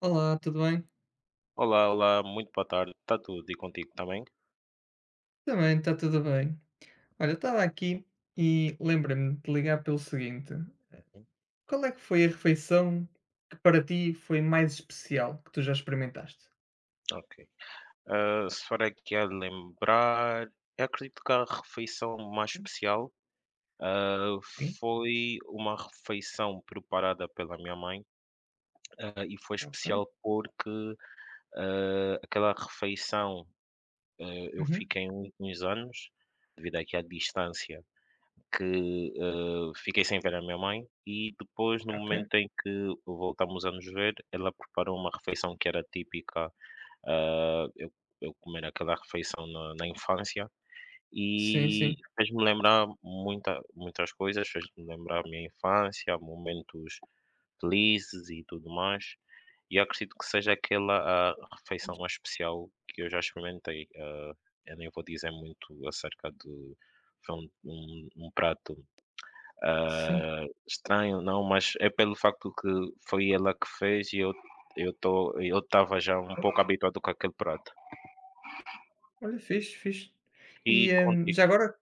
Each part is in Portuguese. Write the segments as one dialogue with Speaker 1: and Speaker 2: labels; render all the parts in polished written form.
Speaker 1: Olá, tudo bem?
Speaker 2: Olá, muito boa tarde. Está tudo e contigo também?
Speaker 1: Também, está tudo bem. Olha, estava aqui e lembrei-me de ligar pelo seguinte:
Speaker 2: Uhum.
Speaker 1: qual é que foi a refeição que para ti foi mais especial que tu já experimentaste?
Speaker 2: Ok. Se for aqui a lembrar, eu acredito que a refeição mais
Speaker 1: Hum,
Speaker 2: especial, ah,
Speaker 1: Sim,
Speaker 2: foi uma refeição preparada pela minha mãe. E foi
Speaker 1: ok.
Speaker 2: especial porque, aquela refeição, eu
Speaker 1: Uhum,
Speaker 2: fiquei uns anos, devido aqui à distância, Que, fiquei sem ver a minha mãe e depois, no
Speaker 1: ok.
Speaker 2: momento em que voltámos a nos ver, ela preparou uma refeição que era típica. ah, eu eu comer aquela refeição na infância
Speaker 1: Sim, sim.
Speaker 2: e fez-me lembrar muitas coisas, fez-me lembrar a minha infância, momentos felizes e tudo mais, e eu acredito que seja aquela a refeição mais especial que eu já experimentei. Eu nem vou dizer muito acerca de foi um prato
Speaker 1: Sim.
Speaker 2: estranho, não, mas é pelo facto que foi ela que fez e eu estava já um
Speaker 1: Ok.
Speaker 2: pouco habituado com aquele prato.
Speaker 1: Olha, fixe, fixe.
Speaker 2: E
Speaker 1: E
Speaker 2: contigo?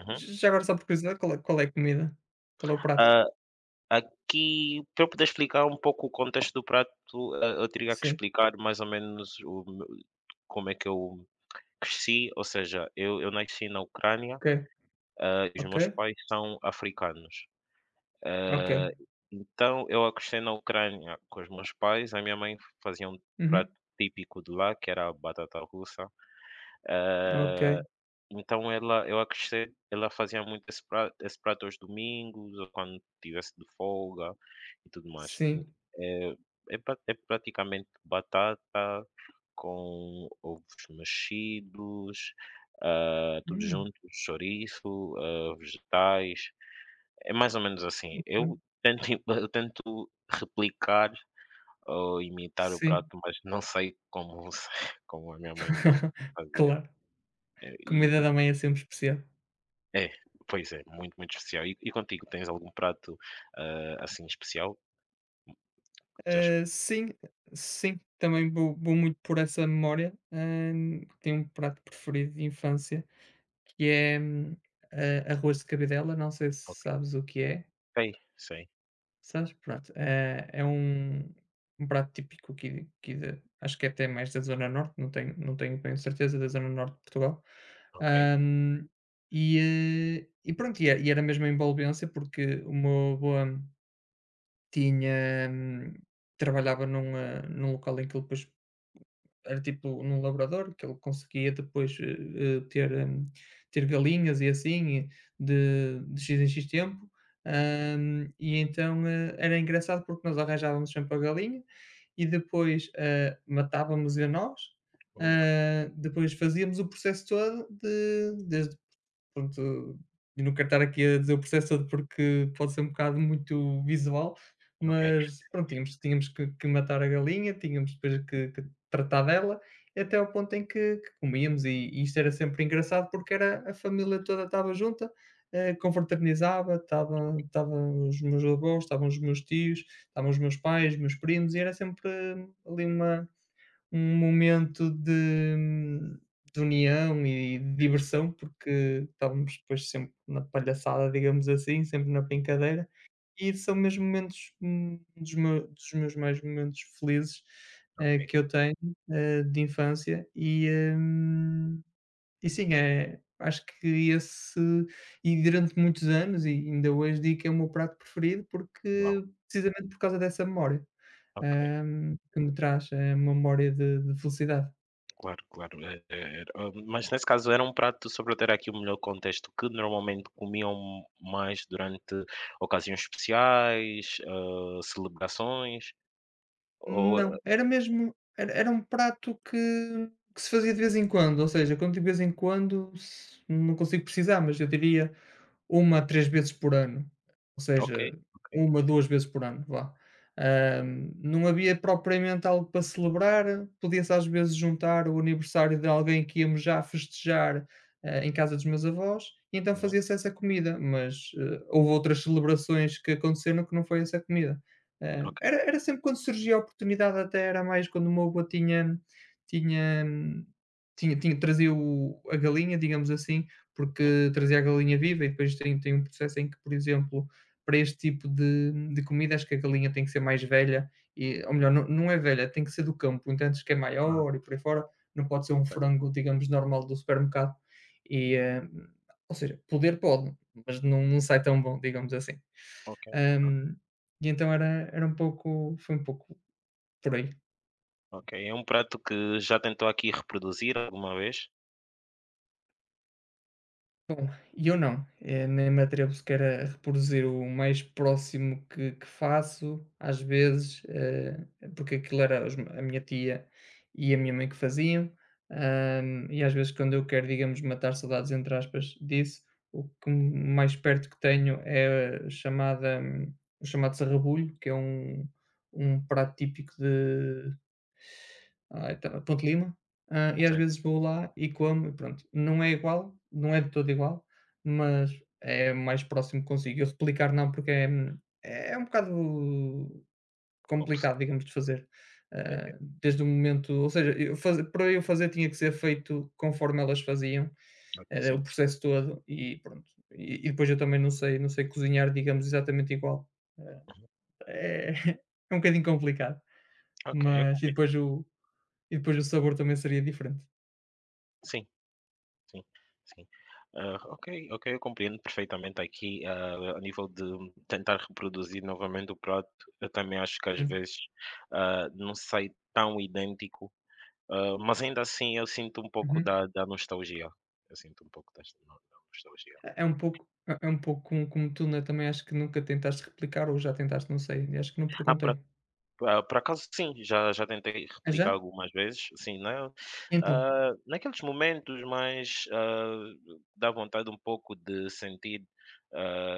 Speaker 2: Uhum.
Speaker 1: já agora só por curiosidade, qual é a comida? Qual é o prato?
Speaker 2: Ah, Aqui, para eu poder explicar um pouco o contexto do prato, eu teria que
Speaker 1: Sim.
Speaker 2: explicar mais ou menos o meu como é que eu cresci, ou seja, eu nasci na Ucrânia,
Speaker 1: Ok,
Speaker 2: e os
Speaker 1: ok,
Speaker 2: meus pais são africanos.
Speaker 1: ok.
Speaker 2: Eh, então eu acostei na Ucrânia com os meus pais. A minha mãe fazia um
Speaker 1: Uhum,
Speaker 2: prato típico de lá, que era a batata russa.
Speaker 1: ok.
Speaker 2: Eh, então ela eu acostei ela fazia muito esse prato aos domingos, ou quando tivesse de folga e tudo mais.
Speaker 1: Sim.
Speaker 2: É, é, é praticamente batata com ovos mexidos, tudo
Speaker 1: Hum,
Speaker 2: junto, chouriço, vegetais, é mais ou menos assim.
Speaker 1: ok.
Speaker 2: Eu tento im eu tento replicar ou imitar o
Speaker 1: Sim.
Speaker 2: prato, mas não sei como se como a minha mãe fazia.
Speaker 1: Claro.
Speaker 2: Eh, e
Speaker 1: Comida
Speaker 2: e
Speaker 1: da mãe é sempre especial.
Speaker 2: é, pois é, muito, muito especial. E contigo, tens algum prato, assim especial? Já ex
Speaker 1: Sim, sim, também vou muito por essa memória, tenho um prato preferido de infância que é, a arroz de cabidela, não sei se
Speaker 2: Ok,
Speaker 1: sabes o que é.
Speaker 2: sei, sei.
Speaker 1: Sabes? Pronto, é um um prato típico aqui de, acho que é até mais da zona norte, não tenho bem certeza, da zona norte de Portugal.
Speaker 2: Ok.
Speaker 1: Hã, e, e pronto, e era mesmo a envolvência porque o meu avô tinha, trabalhava num local em que ele depois era tipo num laboratório que ele conseguia depois, ter, ter galinhas e assim, de X em X tempo, e então, era engraçado porque nós arranjávamos sempre a galinha e depois, matávamos-a nós,
Speaker 2: Uh,
Speaker 1: depois fazíamos o processo todo de desde. Pronto, e não quero estar aqui a dizer o processo todo porque pode ser um bocado muito visual,
Speaker 2: ok,
Speaker 1: mas pronto, tínhamos que matar a galinha, tínhamos depois que tratar dela, até ao ponto em que comíamos e isto era sempre engraçado porque era a família toda estava junta, confraternizava, estavam os meus avós, estavam os meus tios, estavam os meus pais, meus primos, e era sempre, ali uma, um momento de união e de
Speaker 2: ok,
Speaker 1: diversão, porque estávamos depois sempre na palhaçada, digamos assim, sempre na brincadeira, e são mesmo momentos, dos meus mais momentos felizes,
Speaker 2: ok.
Speaker 1: que eu tenho, de infância hum, e sim, é, acho que esse, e durante muitos anos e ainda hoje digo que é o meu prato preferido,
Speaker 2: Uau,
Speaker 1: porque precisamente por causa dessa memória.
Speaker 2: ok.
Speaker 1: Hã, que me traz, uma memória de felicidade.
Speaker 2: Claro, claro. Mas nesse caso era um prato, só para ter aqui o melhor contexto, que normalmente comiam mais durante ocasiões especiais, celebrações, ou... ah,
Speaker 1: Não, era mesmo, era um prato que se fazia de vez em quando, ou seja, quando digo de vez em quando, s não consigo precisar, mas eu diria uma a 3 vezes por ano, ou
Speaker 2: Ok,
Speaker 1: seja,
Speaker 2: ok,
Speaker 1: uma 2 vezes por ano, vá. Não havia propriamente algo para celebrar, podia-se às vezes juntar o aniversário de alguém que íamos já festejar, em casa dos meus avós, e então
Speaker 2: uhum,
Speaker 1: fazia-se essa comida, mas, houve outras celebrações que aconteceram que não foi essa comida.
Speaker 2: ok,
Speaker 1: Era era sempre quando surgia a oportunidade, até era mais quando o meu avô tinha, tinha tinha trazia o a galinha, digamos assim,
Speaker 2: uhum,
Speaker 1: porque trazia a galinha viva e depois tem, tem um processo em que, por exemplo, para este tipo de comida, acho que a galinha tem que ser mais velha, e, ou melhor, não, não é velha, tem que ser do campo, então antes que é
Speaker 2: aham,
Speaker 1: maior e por aí fora, não pode ser um
Speaker 2: certo,
Speaker 1: frango, digamos, normal do supermercado. E, ou seja, pode, mas não, não sai tão bom, digamos assim.
Speaker 2: ok, o-
Speaker 1: Ahm, e então era, era um pouco, foi um pouco por aí.
Speaker 2: ok. É um prato que já tentou aqui reproduzir alguma vez?
Speaker 1: E eu não, nem me atrevo sequer a reproduzir. O mais próximo que faço, às vezes, porque aquilo era a minha tia e a minha mãe que faziam, e às vezes quando eu quero, digamos, matar saudades, entre aspas, disso, o que mais perto que tenho é a chamada, o chamado sarrabulho, que é um, um prato típico de, então, Ponte Lima, e às
Speaker 2: Sim,
Speaker 1: vezes vou lá e como, e pronto. Não é igual, não é de todo igual, mas é o mais próximo que consigo. Eu replicar não, porque é, é um bocado
Speaker 2: como se-
Speaker 1: complicado, digamos, de fazer.
Speaker 2: é, é,
Speaker 1: Desde o momento, ou seja, eu para eu fazer tinha que ser feito conforme elas faziam, o
Speaker 2: sim,
Speaker 1: processo todo e pronto. E depois eu também não sei, não sei cozinhar, digamos, exatamente igual. Ah,
Speaker 2: uhum,
Speaker 1: É, é um bocadinho complicado,
Speaker 2: ok, eu
Speaker 1: mas
Speaker 2: comprei.
Speaker 1: e depois o sabor também seria diferente.
Speaker 2: Sim. Sim, sim. Ok, ok, eu compreendo perfeitamente aqui, a nível de tentar reproduzir novamente o prato, eu também acho que às
Speaker 1: Sim.
Speaker 2: vezes, não sai tão idêntico, mas ainda assim eu sinto um pouco
Speaker 1: Uhum.
Speaker 2: da nostalgia, eu sinto um pouco desta no da nostalgia.
Speaker 1: É é um pouco, é é um pouco como como tu, né, também acho que nunca tentaste replicar ou já tentaste, não sei, acho que não
Speaker 2: Ah, por
Speaker 1: perguntei.
Speaker 2: por acaso sim, já tentei
Speaker 1: Ah,
Speaker 2: replicar
Speaker 1: já?
Speaker 2: algumas vezes, sim, né,
Speaker 1: Então?
Speaker 2: naqueles momentos mais, dá vontade um pouco de sentir, ah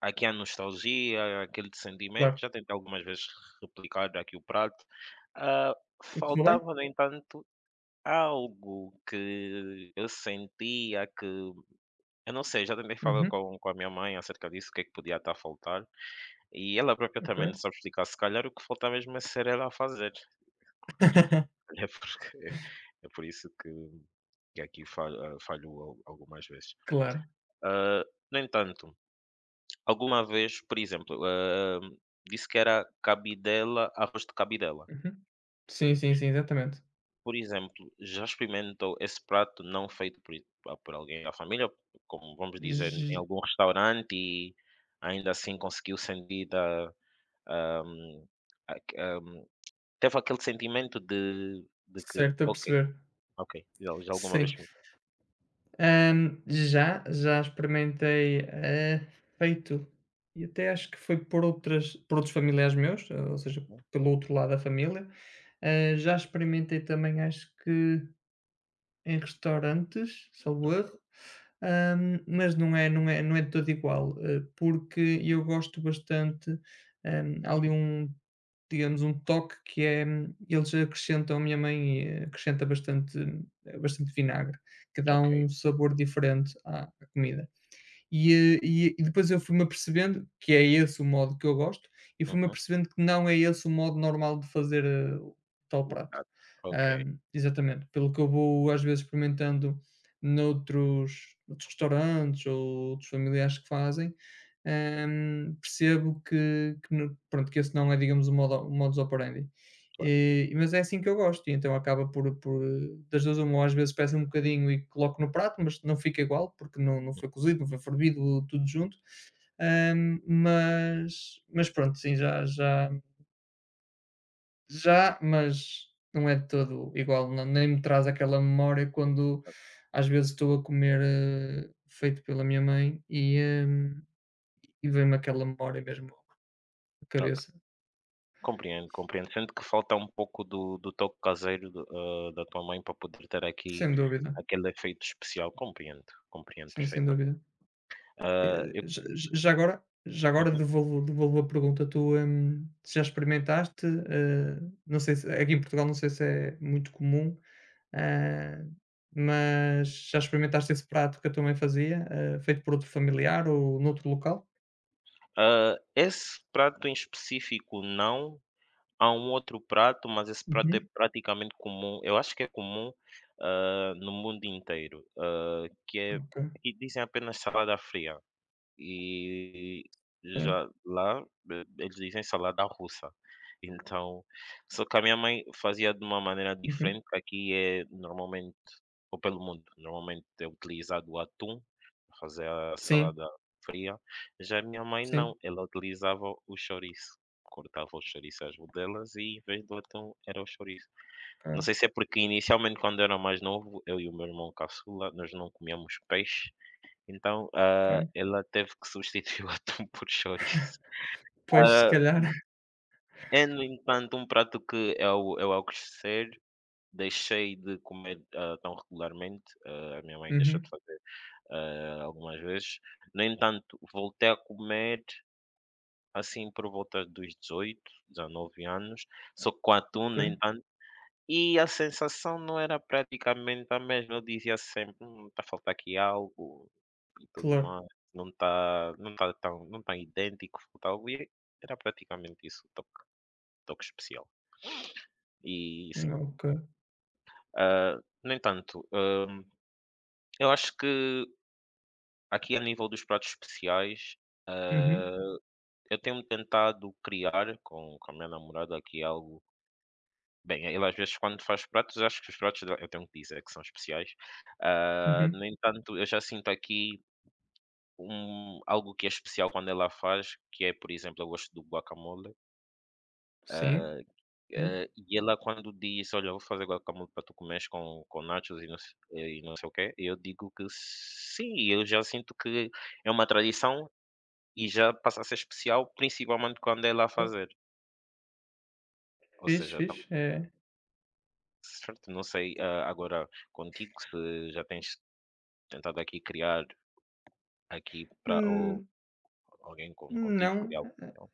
Speaker 2: aqui há nostalgia, aquele sentimento,
Speaker 1: Claro.
Speaker 2: já tentei algumas vezes replicar aqui o prato. Ah,
Speaker 1: E correu bem?
Speaker 2: Faltava, no entanto, algo que eu sentia que eu não sei, já tentei falar
Speaker 1: Uhum,
Speaker 2: com a minha mãe acerca disso, o que é que podia estar a faltar, e ela própria
Speaker 1: ok.
Speaker 2: também não sabe explicar. Se calhar o que faltava mesmo é ser ela a fazer, claro. É porque é por isso que aqui falho, falho al algumas vezes.
Speaker 1: Claro.
Speaker 2: Ah, no entanto Alguma vez, por exemplo, disse que era cabidela arroz de cabidela.
Speaker 1: Uhum. Sim, sim, sim, exatamente.
Speaker 2: Por exemplo, já experimentou esse prato não feito por alguém da família, como vamos dizer, em
Speaker 1: J
Speaker 2: algum restaurante e ainda assim conseguiu sentir da hã, aque hã, teve aquele sentimento de que:
Speaker 1: Certo, a
Speaker 2: "Ok,
Speaker 1: perceber.
Speaker 2: ok, já alguma vez
Speaker 1: Sim.
Speaker 2: comi."
Speaker 1: Já, já experimentei, feito, e até acho que foi por outras, por outros familiares meus, ou seja,
Speaker 2: Uhum,
Speaker 1: pelo outro lado da família. Já experimentei também, acho que em restaurantes, salvo erro,
Speaker 2: ok,
Speaker 1: mas não é, não é de todo igual, porque eu gosto bastante, há ali um, digamos, um toque que é, eles acrescentam, a minha mãe, acrescenta bastante, bastante vinagre, que dá
Speaker 2: ok.
Speaker 1: um sabor diferente à à comida. E, e depois eu fui-me apercebendo que é esse o modo que eu gosto, e fui-me
Speaker 2: Uhum.
Speaker 1: apercebendo que não é esse o modo normal de fazer, o tal
Speaker 2: O
Speaker 1: prato.
Speaker 2: prato, ok.
Speaker 1: Exatamente, pelo que eu vou às vezes experimentando noutros restaurantes ou outros familiares que fazem, percebo que no, pronto, que esse não é, digamos, o modo, o modus operandi. E mas é assim que eu gosto, e então acaba por, das 2 uma, ou às vezes peço um bocadinho e coloco no prato, mas não fica igual, porque não, não foi cozido, não foi fervido, tudo junto. Mas pronto, sim, já já, mas não é de todo igual, não, nem me traz aquela memória quando às vezes estou a comer, feito pela minha mãe hum, e vem-me aquela memória mesmo à
Speaker 2: Bem,
Speaker 1: cabeça,
Speaker 2: compreendo, compreendo. Sendo que falta um pouco do toque caseiro da tua mãe para poder ter aqui
Speaker 1: sem dúvida,
Speaker 2: aquele efeito especial. Compreendo, compreendo
Speaker 1: sim, sem
Speaker 2: perfeitamente.
Speaker 1: dúvida.
Speaker 2: Hã, eu
Speaker 1: Já já agora
Speaker 2: Uhum.
Speaker 1: devolvo, a pergunta, tu, já experimentaste, não sei se aqui em Portugal, não sei se é muito comum, ah, mas já experimentaste esse prato que a tua mãe fazia, feito por outro familiar ou noutro local?
Speaker 2: Esse prato em específico não. Há um outro prato, mas esse prato é
Speaker 1: Uhum,
Speaker 2: praticamente comum, eu acho que é comum, no mundo inteiro, que é
Speaker 1: ok,
Speaker 2: aqui dizem apenas salada fria. E
Speaker 1: ok.
Speaker 2: já lá, eles dizem salada russa. Então só que a minha mãe fazia de uma maneira
Speaker 1: Uhum.
Speaker 2: diferente, que aqui é normalmente ou pelo mundo, normalmente é utilizado o atum para fazer a
Speaker 1: Sim,
Speaker 2: salada fria. Já a minha mãe
Speaker 1: sim,
Speaker 2: não, ela utilizava o chouriço, cortava o chouriço às rodelas e em vez do atum era o chouriço. Não
Speaker 1: ok,
Speaker 2: sei se é porque inicialmente quando eu era mais novo, eu e o meu irmão caçula, nós não comíamos peixe, então,
Speaker 1: ok.
Speaker 2: ela teve que substituir o atum por chouriço.
Speaker 1: Pois, se
Speaker 2: Ah,
Speaker 1: calhar.
Speaker 2: É, no entanto, um prato que eu ao crescer deixei de comer, tão regularmente, a minha mãe deixou
Speaker 1: Uhum,
Speaker 2: de fazer, algumas vezes. No entanto, voltei a comer, assim, por volta dos 18 19 anos, só que com atum.
Speaker 1: ok,
Speaker 2: No entanto E a sensação não era praticamente a mesma, eu dizia sempre: está a faltar aqui algo e tudo
Speaker 1: claro.
Speaker 2: mais, não está idêntico, falta algo", e era praticamente isso, o toque toque especial. E sim,
Speaker 1: Não, ok.
Speaker 2: ah, no entanto, eu acho que aqui a nível dos pratos especiais,
Speaker 1: Uhum,
Speaker 2: ah, eu tenho tentado criar com a minha namorada aqui algo. Bem, ele às vezes quando faz pratos, acho que os pratos dele eu tenho que dizer que são especiais.
Speaker 1: uhum.
Speaker 2: No entanto, eu já sinto aqui um algo que é especial quando ela faz, que é, por exemplo, eu gosto do guacamole,
Speaker 1: Sim, sim.
Speaker 2: e ela quando diz: "Olha, eu vou fazer guacamole para tu comeres com nachos e não se e não sei o quê", eu digo que sim, eu já sinto que é uma tradição e já passa a ser especial, principalmente quando é ela a fazer. Ou
Speaker 1: fiz
Speaker 2: seja, tá
Speaker 1: Fixe, é.
Speaker 2: certo, não sei, agora contigo se já tens tentado aqui criar aqui para ou
Speaker 1: Hum.
Speaker 2: alguém com contigo,
Speaker 1: Não,
Speaker 2: criar
Speaker 1: eh,
Speaker 2: opinião.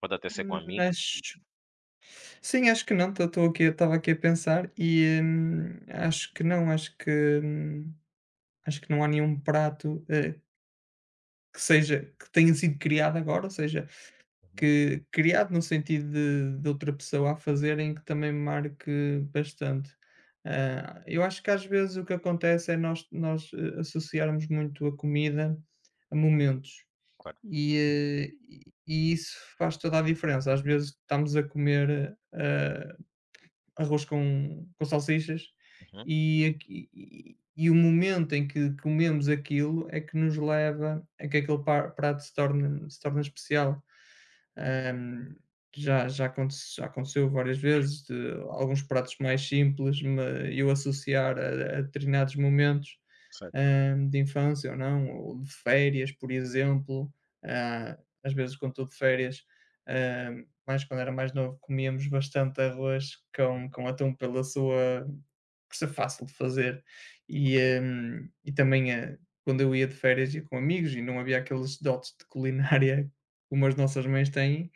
Speaker 2: Pode até ser com
Speaker 1: mas
Speaker 2: amigos e
Speaker 1: sim, acho que não, estou aqui, estava aqui a pensar e,
Speaker 2: uhum,
Speaker 1: acho que não, acho que, acho que não há nenhum prato, que seja, que tenha sido criado agora, ou seja,
Speaker 2: uhum,
Speaker 1: que criado no sentido de outra pessoa a fazer em que também me marque bastante. Eu acho que às vezes o que acontece é nós, associarmos muito a comida a momentos.
Speaker 2: claro.
Speaker 1: E, e isso faz toda a diferença. Às vezes estamos a comer, arroz com salsichas,
Speaker 2: Uhum,
Speaker 1: e aqui, e o momento em que comemos aquilo é que nos leva a que aquele par prato se torne, se torne especial. Ahm, já aconteceu várias vezes de alguns pratos mais simples me eu associar a determinados momentos,
Speaker 2: certo.
Speaker 1: de infância ou não, ou de férias, por exemplo. Ah, às vezes quando estou de férias, mais quando era mais novo, comíamos bastante arroz
Speaker 2: Aham.
Speaker 1: com atum pela sua, por ser fácil de fazer,
Speaker 2: Ok,
Speaker 1: e também, quando eu ia de férias, ia com amigos e não havia aqueles dotes de culinária como as nossas mães têm,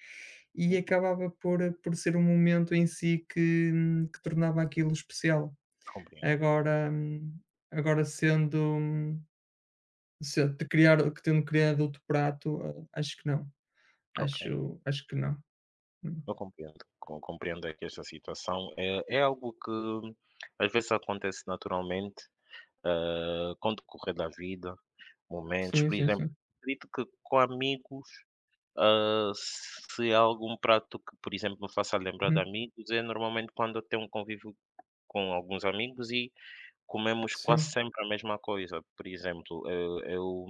Speaker 1: e
Speaker 2: uhum,
Speaker 1: acabava por, por ser um momento em si que tornava aquilo especial.
Speaker 2: compreendo.
Speaker 1: Agora, agora sendo, se de criar, que tendo criado outro prato, acho que não,
Speaker 2: Ok,
Speaker 1: acho que não. Hum.
Speaker 2: eu compreendo. Compreendo aqui esta situação. É é algo que às vezes acontece naturalmente, com o decorrer da vida, momentos,
Speaker 1: Sim,
Speaker 2: por
Speaker 1: sim,
Speaker 2: exemplo,
Speaker 1: sim.
Speaker 2: acredito que com amigos, se há algum prato que, por exemplo, me faça lembrar de
Speaker 1: Uhum.
Speaker 2: amigos, é normalmente quando eu tenho um convívio com alguns amigos e comemos quase
Speaker 1: Sim,
Speaker 2: sempre a mesma coisa, por exemplo, eu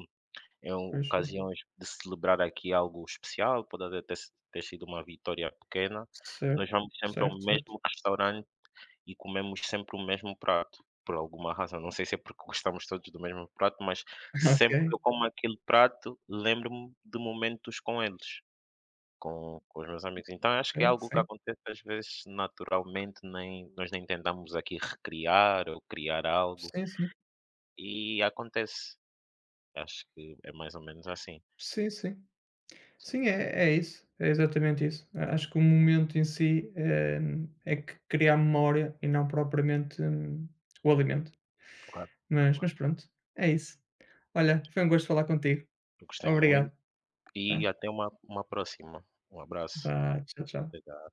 Speaker 2: em
Speaker 1: pois é.
Speaker 2: ocasiões de celebrar aqui algo especial, pode até ter si ter sido uma vitória pequena,
Speaker 1: Certo,
Speaker 2: nós vamos sempre
Speaker 1: certo,
Speaker 2: ao
Speaker 1: certo.
Speaker 2: mesmo restaurante e comemos sempre o mesmo prato, por alguma razão, não sei se é porque gostamos todos do mesmo prato, mas
Speaker 1: Ok,
Speaker 2: sempre que eu como aquele prato, lembro-me de momentos com eles, com os meus amigos. Então acho que é
Speaker 1: ok,
Speaker 2: algo que
Speaker 1: sim.
Speaker 2: acontece às vezes naturalmente, nem tentamos aqui recriar ou criar algo,
Speaker 1: Sim, sim.
Speaker 2: e acontece. Acho que é mais ou menos assim.
Speaker 1: Sim, sim.
Speaker 2: Sim,
Speaker 1: Sim, é é isso, é exatamente isso. A acho que o momento em si, é que cria a memória e não propriamente, o alimento.
Speaker 2: claro, claro.
Speaker 1: Mas pronto, é isso. Olha, foi um gosto falar contigo.
Speaker 2: Gostei
Speaker 1: Obrigado,
Speaker 2: muito e
Speaker 1: tá.
Speaker 2: até uma próxima. Um abraço.
Speaker 1: Vá, tchau,
Speaker 2: Até
Speaker 1: tchau.
Speaker 2: já.